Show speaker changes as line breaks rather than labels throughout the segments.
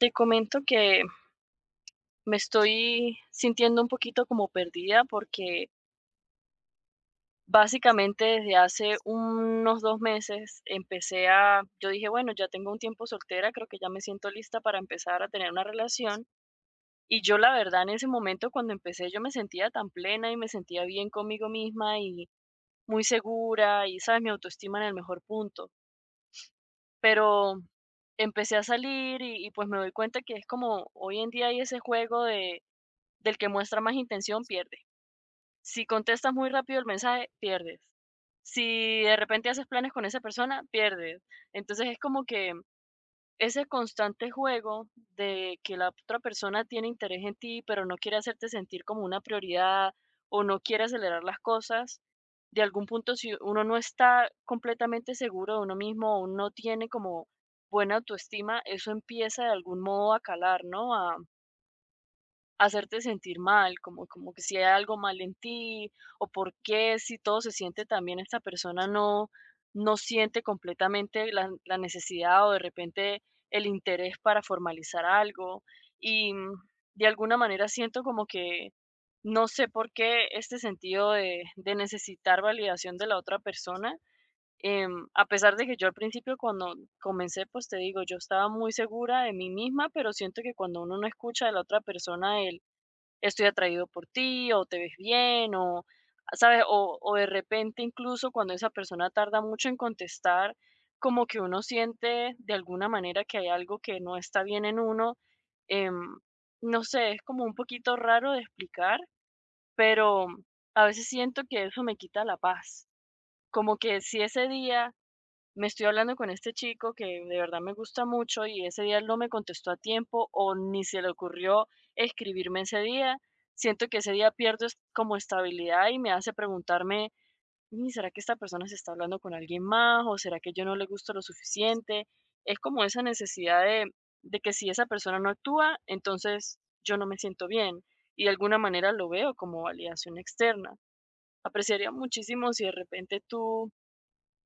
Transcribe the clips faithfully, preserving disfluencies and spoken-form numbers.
Te comento que me estoy sintiendo un poquito como perdida porque básicamente desde hace unos dos meses empecé a, yo dije, bueno, ya tengo un tiempo soltera, creo que ya me siento lista para empezar a tener una relación. Y yo la verdad en ese momento cuando empecé yo me sentía tan plena y me sentía bien conmigo misma y muy segura y, sabes, mi autoestima en el mejor punto. Pero empecé a salir y, y pues me doy cuenta que es como hoy en día hay ese juego de del que muestra más intención pierde. Si contestas muy rápido el mensaje, pierdes. Si de repente haces planes con esa persona, pierdes. Entonces es como que ese constante juego de que la otra persona tiene interés en ti, pero no quiere hacerte sentir como una prioridad o no quiere acelerar las cosas, de algún punto si uno no está completamente seguro de uno mismo o no tiene como buena autoestima, eso empieza de algún modo a calar, ¿no? A hacerte sentir mal, como como que si hay algo mal en ti, o por qué si todo se siente también esta persona no no siente completamente la la necesidad o de repente el interés para formalizar algo. Y, mm, de alguna manera siento como que no sé por qué este sentido de de necesitar validación de la otra persona, em, a pesar de que yo al principio cuando comencé, pues te digo, yo estaba muy segura de mí misma, pero siento que cuando uno no escucha de la otra persona el estoy atraído por ti o te ves bien o, ¿sabes? O, o de repente incluso cuando esa persona tarda mucho en contestar, como que uno siente de alguna manera que hay algo que no está bien en uno. em, no sé, es como un poquito raro de explicar, pero a veces siento que eso me quita la paz. Como que si ese día me estoy hablando con este chico que de verdad me gusta mucho y ese día él no me contestó a tiempo o ni se le ocurrió escribirme ese día. Siento que ese día pierdo es- como estabilidad y me hace preguntarme: "Ni, ¿será que esta persona se está hablando con alguien más o será que yo no le gusto lo suficiente? Es como esa necesidad de, de que si esa persona no actúa, entonces yo no me siento bien y de alguna manera lo veo como validación externa. Apreciaría muchísimo si de repente tú,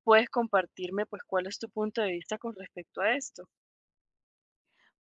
¿puedes compartirme, pues, cuál es tu punto de vista con respecto a esto?"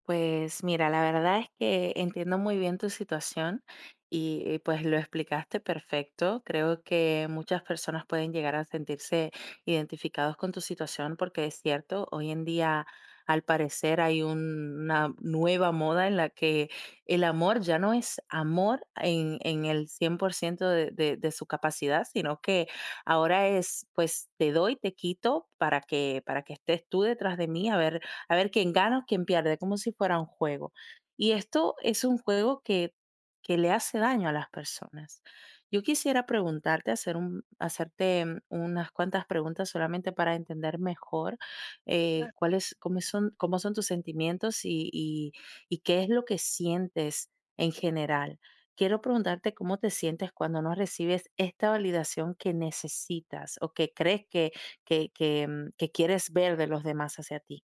Pues mira, la verdad es que entiendo muy bien tu situación y, eh, pues lo explicaste perfecto. Creo que muchas personas pueden llegar a sentirse identificados con tu situación porque es cierto, hoy en día al parecer hay un- una nueva moda en la que el amor ya no es amor en, en el cien por ciento de, de de su capacidad, sino que ahora es pues te doy, te quito para que, para que estés tú detrás de mí a ver a ver quién gana o quién pierde, como si fuera un juego. Y esto es un juego que, que le hace daño a las personas. Yo quisiera preguntarte, hacer un, hacerte mm, unas cuantas preguntas solamente para entender mejor, eh, cuáles, cómo son, cómo son tus sentimientos y, y, y qué es lo que sientes en general. Quiero preguntarte cómo te sientes cuando no recibes esta validación que necesitas o que crees que, que, que, mm, que quieres ver de los demás hacia ti.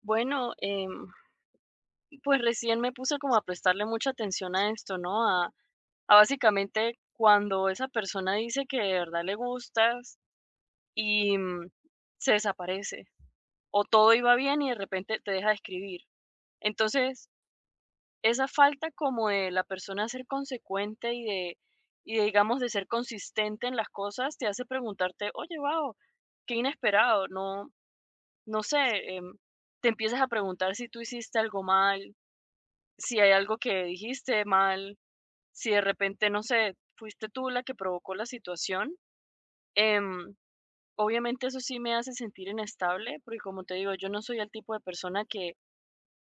Bueno, em, pues, recién me puse como a prestarle mucha atención a esto, ¿no? A a básicamente cuando esa persona dice que de verdad le gustas y, mm, se desaparece, o todo iba bien y de repente te deja de escribir. Entonces, esa falta como de la persona ser consecuente y de y de, digamos, de ser consistente en las cosas, te hace preguntarte: "Oye, wow, qué inesperado, no no sé". em, Te empiezas a preguntar si tú hiciste algo mal, si hay algo que dijiste mal, si de repente, no sé, fuiste tú la que provocó la situación. Em, Obviamente eso sí me hace sentir inestable, porque como te digo, yo no soy el tipo de persona que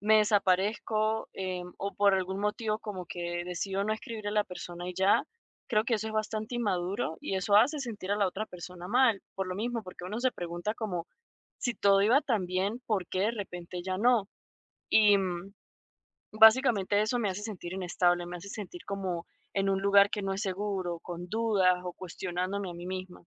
me desaparezco, em, o por algún motivo como que decido no escribir a la persona y ya. Creo que eso es bastante inmaduro y eso hace sentir a la otra persona mal, por lo mismo, porque uno se pregunta como si todo iba tan bien, ¿por qué de repente ya no? Y, mm, básicamente eso me hace sentir inestable, me hace sentir como en un lugar que no es seguro, con dudas o cuestionándome a mí misma.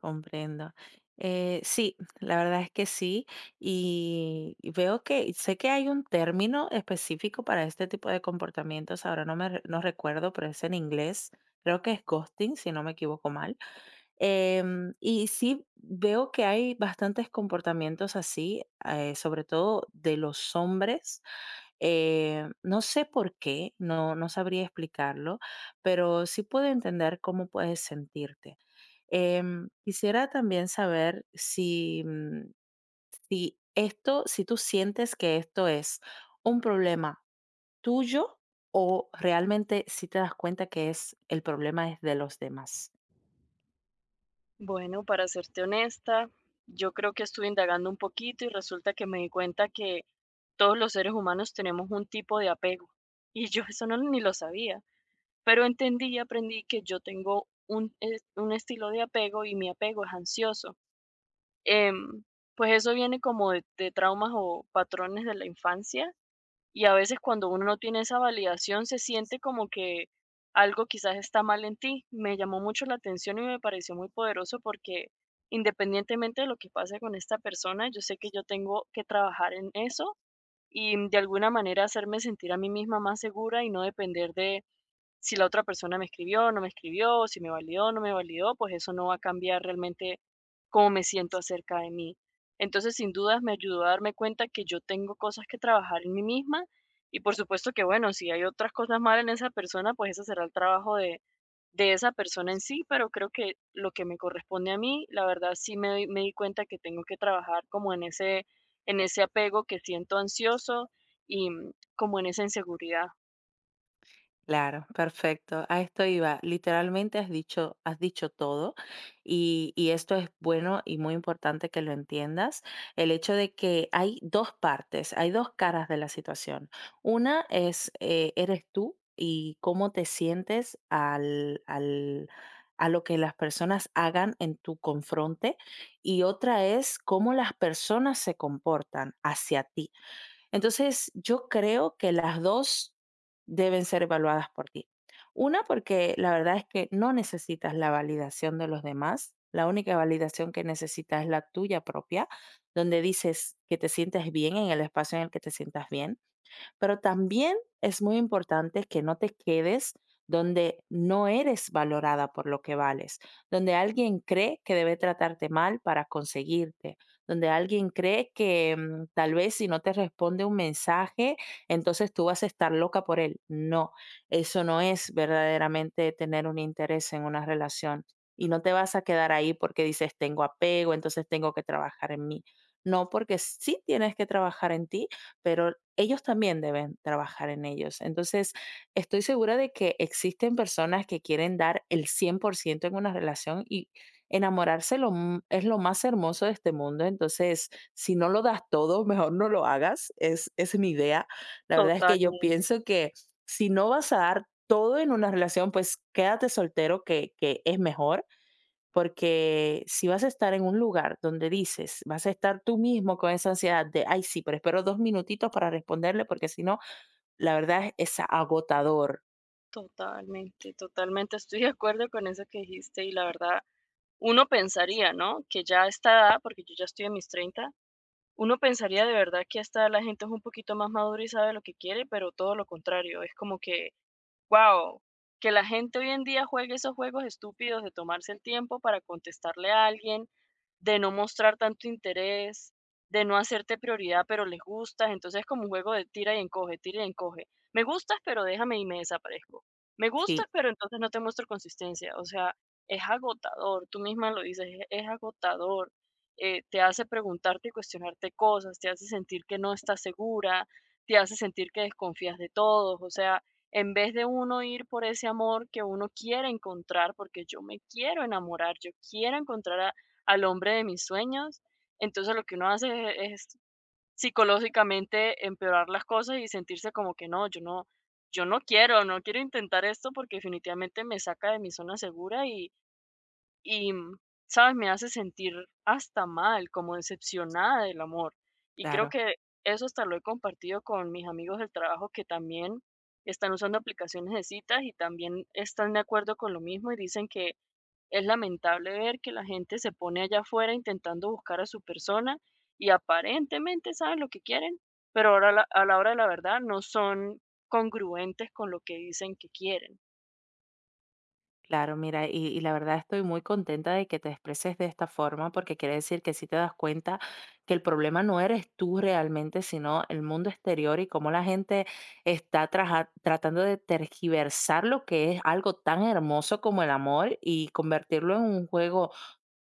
Comprendo. Eh, sí, la verdad es que sí. Y y veo que, sé que hay un término específico para este tipo de comportamientos. Ahora no me re- no recuerdo, pero es en inglés. Creo que es ghosting, si no me equivoco mal. Em, y sí veo que hay bastantes comportamientos así, eh, sobre todo de los hombres. Eh, no sé por qué, no, no sabría explicarlo, pero sí puedo entender cómo puedes sentirte. Em, quisiera también saber si, mm, si esto, si tú sientes que esto es un problema tuyo o realmente si te das cuenta que es el problema es de los demás.
Bueno, para serte honesta, yo creo que estuve indagando un poquito y resulta que me di cuenta que todos los seres humanos tenemos un tipo de apego. Y yo eso no ni lo sabía, pero entendí y aprendí que yo tengo un, es- un estilo de apego y mi apego es ansioso. Em, pues eso viene como de de traumas o patrones de la infancia. Y a veces cuando uno no tiene esa validación, se siente como que algo quizás está mal en ti. Me llamó mucho la atención y me pareció muy poderoso porque independientemente de lo que pase con esta persona, yo sé que yo tengo que trabajar en eso y de alguna manera hacerme sentir a mí misma más segura y no depender de si la otra persona me escribió, no me escribió, si me validó, no me validó, pues eso no va a cambiar realmente cómo me siento acerca de mí. Entonces, sin dudas, me ayudó a darme cuenta que yo tengo cosas que trabajar en mí misma y por supuesto que, bueno, si hay otras cosas mal en esa persona, pues ese será el trabajo de, de esa persona en sí, pero creo que lo que me corresponde a mí, la verdad sí me, doy- me di cuenta que tengo que trabajar como en ese, en ese, apego que siento ansioso y mm, como en esa inseguridad.
Claro, perfecto. A esto iba. Literalmente has dicho, has dicho todo y, y esto es bueno y muy importante que lo entiendas. El hecho de que hay dos partes, hay dos caras de la situación. Una es, eh, eres tú y cómo te sientes al, al- a lo que las personas hagan en tu confronte y otra es cómo las personas se comportan hacia ti. Entonces, yo creo que las dos deben ser evaluadas por ti. Una, porque la verdad es que no necesitas la validación de los demás, la única validación que necesitas es la tuya propia, donde dices que te sientes bien en el espacio en el que te sientas bien. Pero también es muy importante que no te quedes donde no eres valorada por lo que vales, donde alguien cree que debe tratarte mal para conseguirte, donde alguien cree que mm, tal vez si no te responde un mensaje, entonces tú vas a estar loca por él. No, eso no es verdaderamente tener un interés en una relación. Y no te vas a quedar ahí porque dices, tengo apego, entonces tengo que trabajar en mí. No, porque sí tienes que trabajar en ti pero ellos también deben trabajar en ellos. Entonces, estoy segura de que existen personas que quieren dar el cien por ciento en una relación y enamorarse lo m- es lo más hermoso de este mundo. Entonces, si no lo das todo, mejor no lo hagas. Es, es mi idea. La verdad es que yo
Totalmente.
pienso que si no vas a dar todo en una relación, pues quédate soltero, que, que es mejor. Porque si vas a estar en un lugar donde dices, vas a estar tú mismo con esa ansiedad de, ay, sí, pero espero dos minutitos para responderle, porque si no, la verdad es es agotador.
Totalmente, totalmente. Estoy de acuerdo con eso que dijiste y la verdad, uno pensaría, ¿no? Que ya a esta edad, porque yo ya estoy en mis treinta, uno pensaría de verdad que a esta edad la gente es un poquito más madura y sabe lo que quiere, pero todo lo contrario, es como que wow, que la gente hoy en día juegue esos juegos estúpidos de tomarse el tiempo para contestarle a alguien, de no mostrar tanto interés, de no hacerte prioridad, pero les gustas. Entonces, es como un juego de tira y encoge, tira y encoge. Me gustas, pero déjame y me desaparezco. Me
Sí,
gustas, pero entonces no te muestro consistencia. O sea, es agotador. Tú misma lo dices, es es agotador. Eh, te hace preguntarte y cuestionarte cosas, te hace sentir que no estás segura, te hace sentir que desconfías de todos. O sea, en vez de uno ir por ese amor que uno quiere encontrar, porque yo me quiero enamorar, yo quiero encontrar a- al hombre de mis sueños, entonces lo que uno hace es, es psicológicamente empeorar las cosas y sentirse como que no, yo no, yo no quiero, no quiero intentar esto porque definitivamente me saca de mi zona segura y, ¿sabes? Me hace sentir hasta mal, como decepcionada del amor. Y creo
claro.
que eso hasta lo he compartido con mis amigos del trabajo que también están usando aplicaciones de citas y también están de acuerdo con lo mismo y dicen que es lamentable ver que la gente se pone allá afuera intentando buscar a su persona y aparentemente saben lo que quieren, pero ahora la- a la hora de la verdad no son congruentes con lo que dicen que quieren.
Claro, mira, y, y la verdad estoy muy contenta de que te expreses de esta forma, porque quiere decir que sí te das cuenta que el problema no eres tú realmente, sino el mundo exterior y cómo la gente está traja- tratando de tergiversar lo que es algo tan hermoso como el amor y convertirlo en un juego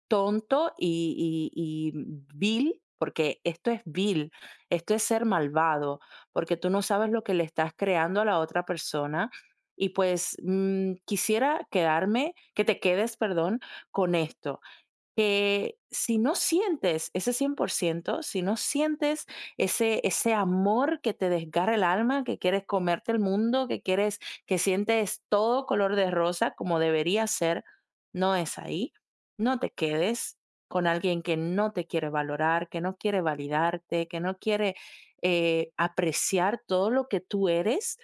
tonto y, y- y vil, porque esto es vil, esto es ser malvado, porque tú no sabes lo que le estás creando a la otra persona y pues mm, quisiera quedarme, que te quedes, perdón, con esto, que si no sientes ese cien por ciento, si no sientes ese, ese amor que te desgarra el alma, que quieres comerte el mundo, que quieres, que sientes todo color de rosa como debería ser, no es ahí. No te quedes con alguien que no te quiere valorar, que no quiere validarte, que no quiere eh, apreciar todo lo que tú eres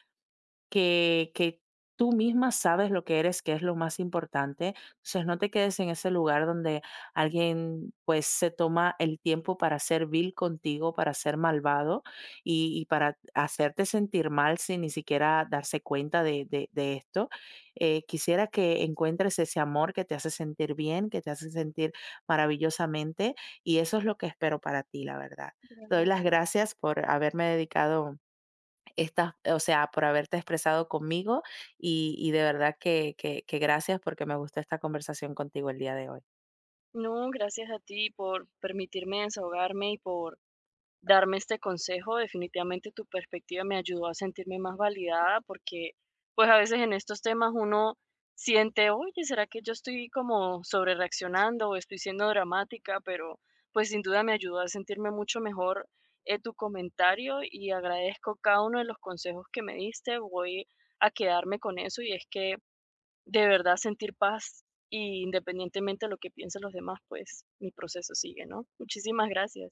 que, que tú misma sabes lo que eres, que es lo más importante. Entonces, no te quedes en ese lugar donde alguien pues se toma el tiempo para ser vil contigo, para ser malvado y, y para hacerte sentir mal sin ni siquiera darse cuenta de, de- de esto. Eh, quisiera que encuentres ese amor que te hace sentir bien, que te hace sentir maravillosamente y eso es lo que espero para ti, la verdad. Te doy las
Gracias.
gracias por haberme dedicado estas, o sea, por haberte expresado conmigo y, y de verdad que, que que gracias porque me gustó esta conversación contigo el día de hoy.
No, gracias a ti por permitirme desahogarme y por darme este consejo. Definitivamente tu perspectiva me ayudó a sentirme más validada porque pues a veces en estos temas uno siente, oye, ¿será que yo estoy como sobre reaccionando o estoy siendo dramática? Pero pues sin duda me ayudó a sentirme mucho mejor, eh, tu comentario y agradezco cada uno de los consejos que me diste. Voy a quedarme con eso y es que de verdad sentir paz y independientemente de lo que piensen los demás, pues mi proceso sigue, ¿no? Muchísimas gracias.